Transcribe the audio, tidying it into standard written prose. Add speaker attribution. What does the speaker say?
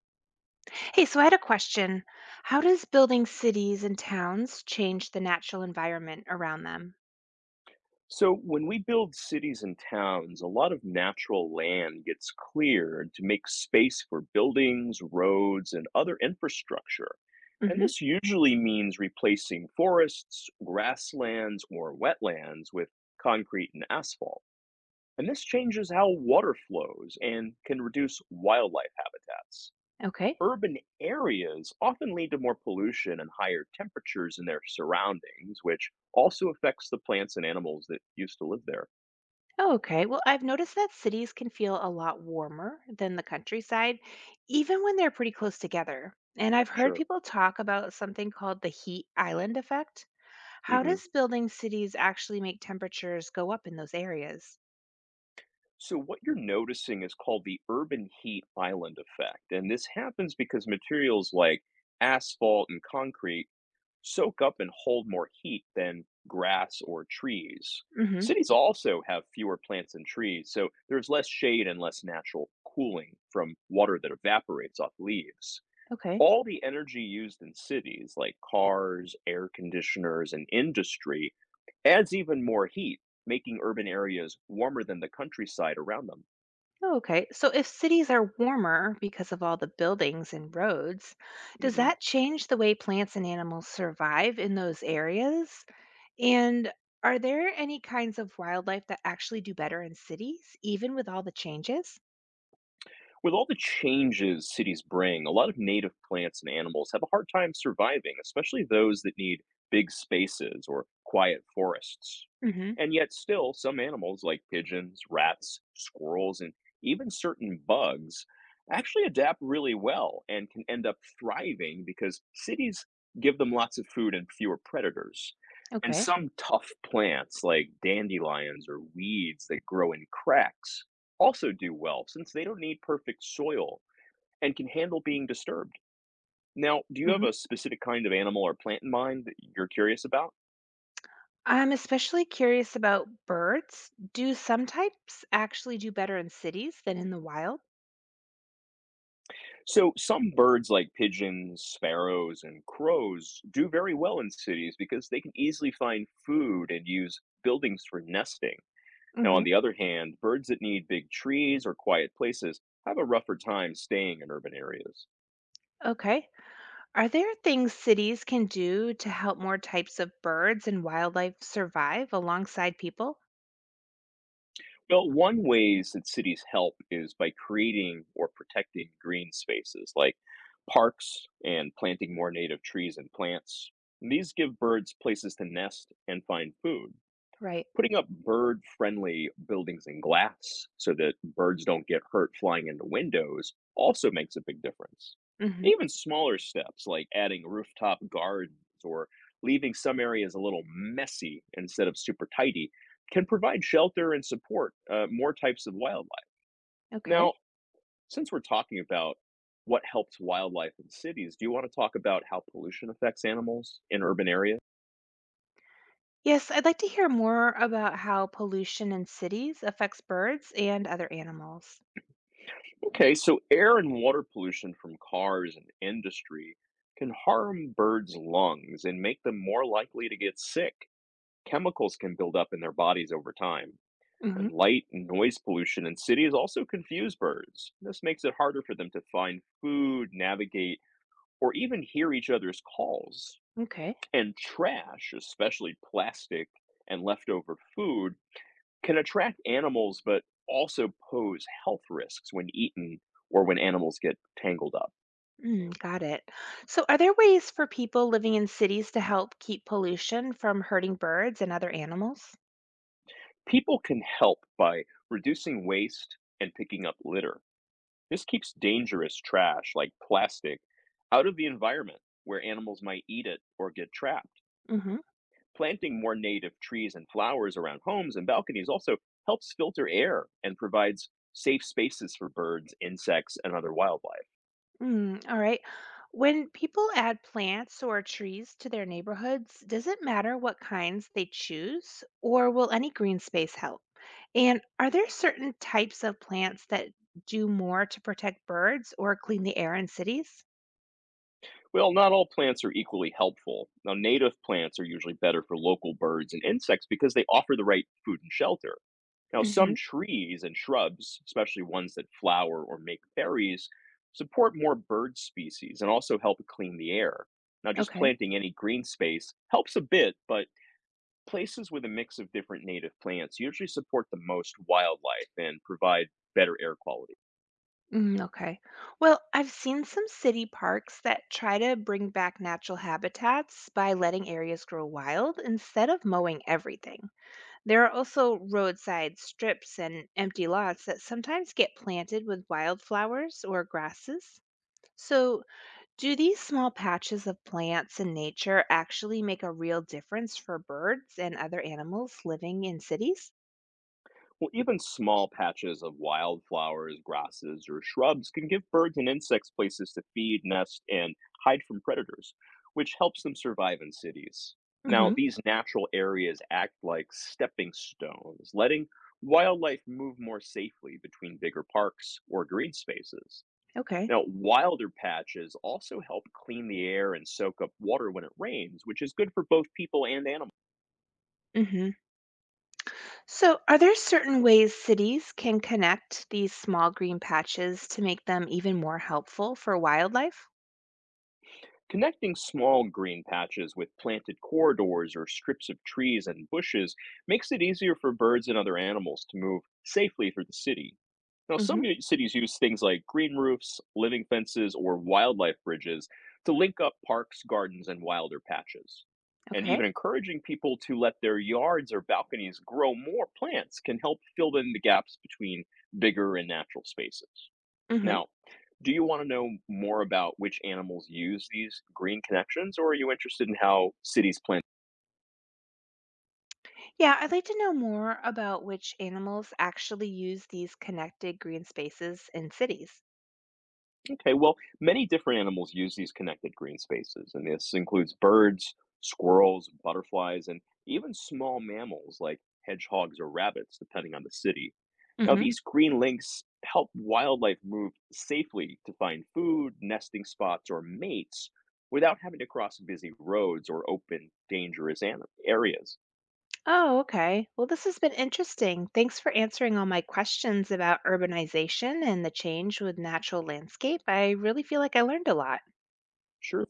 Speaker 1: Hey, so I had a question. How does building cities and towns change the natural environment around them?
Speaker 2: So, when we build cities and towns, a lot of natural land gets cleared to make space for buildings, roads, and other infrastructure. And
Speaker 1: Hmm.
Speaker 2: this usually means replacing forests, grasslands, or wetlands with concrete and asphalt. And this changes how water flows and can reduce wildlife habitats.
Speaker 1: Okay.
Speaker 2: Urban areas often lead to more pollution and higher temperatures in their surroundings, which also affects the plants and animals that used to live there.
Speaker 1: Oh, okay. Well, I've noticed that cities can feel a lot warmer than the countryside, even when they're pretty close together. And I've heard
Speaker 2: Sure.
Speaker 1: people talk about something called the heat island effect. How
Speaker 2: hmm
Speaker 1: does building cities actually make temperatures go up in those areas?
Speaker 2: So, what you're noticing is called the urban heat island effect. And this happens because materials like asphalt and concrete soak up and hold more heat than grass or trees.
Speaker 1: Hmm.
Speaker 2: Cities also have fewer plants and trees, so there's less shade and less natural cooling from water that evaporates off leaves.
Speaker 1: Okay.
Speaker 2: All the energy used in cities like cars, air conditioners, and industry adds even more heat, making urban areas warmer than the countryside around them.
Speaker 1: Oh, okay. So if cities are warmer because of all the buildings and roads, does
Speaker 2: hmm
Speaker 1: that change the way plants and animals survive in those areas? And are there any kinds of wildlife that actually do better in cities, even with all the changes?
Speaker 2: With all the changes cities bring, a lot of native plants and animals have a hard time surviving, especially those that need big spaces or quiet forests.
Speaker 1: Hmm.
Speaker 2: And yet, still, some animals like pigeons, rats, squirrels, and even certain bugs actually adapt really well and can end up thriving because cities give them lots of food and fewer predators. And
Speaker 1: Okay.
Speaker 2: some tough plants like dandelions or weeds that grow in cracks also do well since they don't need perfect soil and can handle being disturbed. Now, do you have
Speaker 1: Hmm.
Speaker 2: a specific kind of animal or plant in mind that you're curious about?
Speaker 1: I'm especially curious about birds. Do some types actually do better in cities than in the wild?
Speaker 2: So, some birds like pigeons, sparrows, and crows do very well in cities because they can easily find food and use buildings for nesting. Now,
Speaker 1: Hmm.
Speaker 2: on the other hand, birds that need big trees or quiet places have a rougher time staying in urban areas.
Speaker 1: Okay. Are there things cities can do to help more types of birds and wildlife survive alongside people?
Speaker 2: Well, one ways that cities help is by creating or protecting green spaces like parks and planting more native trees and plants. And these give birds places to nest and find food.
Speaker 1: Right.
Speaker 2: Putting up bird-friendly buildings and glass so that birds don't get hurt flying into windows also makes a big difference.
Speaker 1: Hmm.
Speaker 2: Even smaller steps like adding rooftop gardens or leaving some areas a little messy instead of super tidy can provide shelter and support more types of wildlife.
Speaker 1: Okay.
Speaker 2: Now, since we're talking about what helps wildlife in cities, do you want to talk about how pollution affects animals in urban areas?
Speaker 1: Yes, I'd like to hear more about how pollution in cities affects birds and other animals.
Speaker 2: Okay, so air and water pollution from cars and industry can harm birds' lungs and make them more likely to get sick. Chemicals can build up in their bodies over time. And
Speaker 1: Hmm.
Speaker 2: light and noise pollution in cities also confuse birds. This makes it harder for them to find food, navigate, or even hear each other's calls.
Speaker 1: Okay.
Speaker 2: And trash, especially plastic and leftover food, can attract animals, but also pose health risks when eaten or when animals get tangled up.
Speaker 1: Mm, got it. So, are there ways for people living in cities to help keep pollution from hurting birds and other animals?
Speaker 2: People can help by reducing waste and picking up litter. This keeps dangerous trash like plastic out of the environment where animals might eat it or get trapped. Planting more native trees and flowers around homes and balconies also helps filter air and provides safe spaces for birds, insects, and other wildlife.
Speaker 1: Mm, all right. When people add plants or trees to their neighborhoods, does it matter what kinds they choose, or will any green space help? And are there certain types of plants that do more to protect birds or clean the air in cities?
Speaker 2: Well, not all plants are equally helpful. Now, native plants are usually better for local birds and insects because they offer the right food and shelter. Now, some
Speaker 1: Hmm.
Speaker 2: trees and shrubs, especially ones that flower or make berries, support more bird species and also help clean the air. Now, just
Speaker 1: Okay.
Speaker 2: planting any green space helps a bit, but places with a mix of different native plants usually support the most wildlife and provide better air quality.
Speaker 1: Mm, okay. Well, I've seen some city parks that try to bring back natural habitats by letting areas grow wild instead of mowing everything. There are also roadside strips and empty lots that sometimes get planted with wildflowers or grasses. So, do these small patches of plants and nature actually make a real difference for birds and other animals living in cities?
Speaker 2: Well, even small patches of wildflowers, grasses, or shrubs can give birds and insects places to feed, nest, and hide from predators, which helps them survive in cities. Now,
Speaker 1: Hmm.
Speaker 2: these natural areas act like stepping stones, letting wildlife move more safely between bigger parks or green spaces.
Speaker 1: Okay.
Speaker 2: Now, wilder patches also help clean the air and soak up water when it rains, which is good for both people and animals.
Speaker 1: Hmm. So, are there certain ways cities can connect these small green patches to make them even more helpful for wildlife?
Speaker 2: Connecting small green patches with planted corridors or strips of trees and bushes makes it easier for birds and other animals to move safely through the city. Now, some
Speaker 1: Hmm.
Speaker 2: cities use things like green roofs, living fences, or wildlife bridges to link up parks, gardens, and wilder patches. And
Speaker 1: Okay.
Speaker 2: even encouraging people to let their yards or balconies grow more plants can help fill in the gaps between bigger and natural spaces.
Speaker 1: Hmm.
Speaker 2: Now, do you want to know more about which animals use these green connections, or are you interested in how cities plan?
Speaker 1: Yeah, I'd like to know more about which animals actually use these connected green spaces in cities.
Speaker 2: Okay, well, many different animals use these connected green spaces, and this includes birds, squirrels, butterflies, and even small mammals like hedgehogs or rabbits, depending on the city. Now,
Speaker 1: Hmm.
Speaker 2: these green links help wildlife move safely to find food, nesting spots, or mates without having to cross busy roads or open, dangerous areas.
Speaker 1: Oh, okay. Well, this has been interesting. Thanks for answering all my questions about urbanization and the change with natural landscape. I really feel like I learned a lot.
Speaker 2: Sure.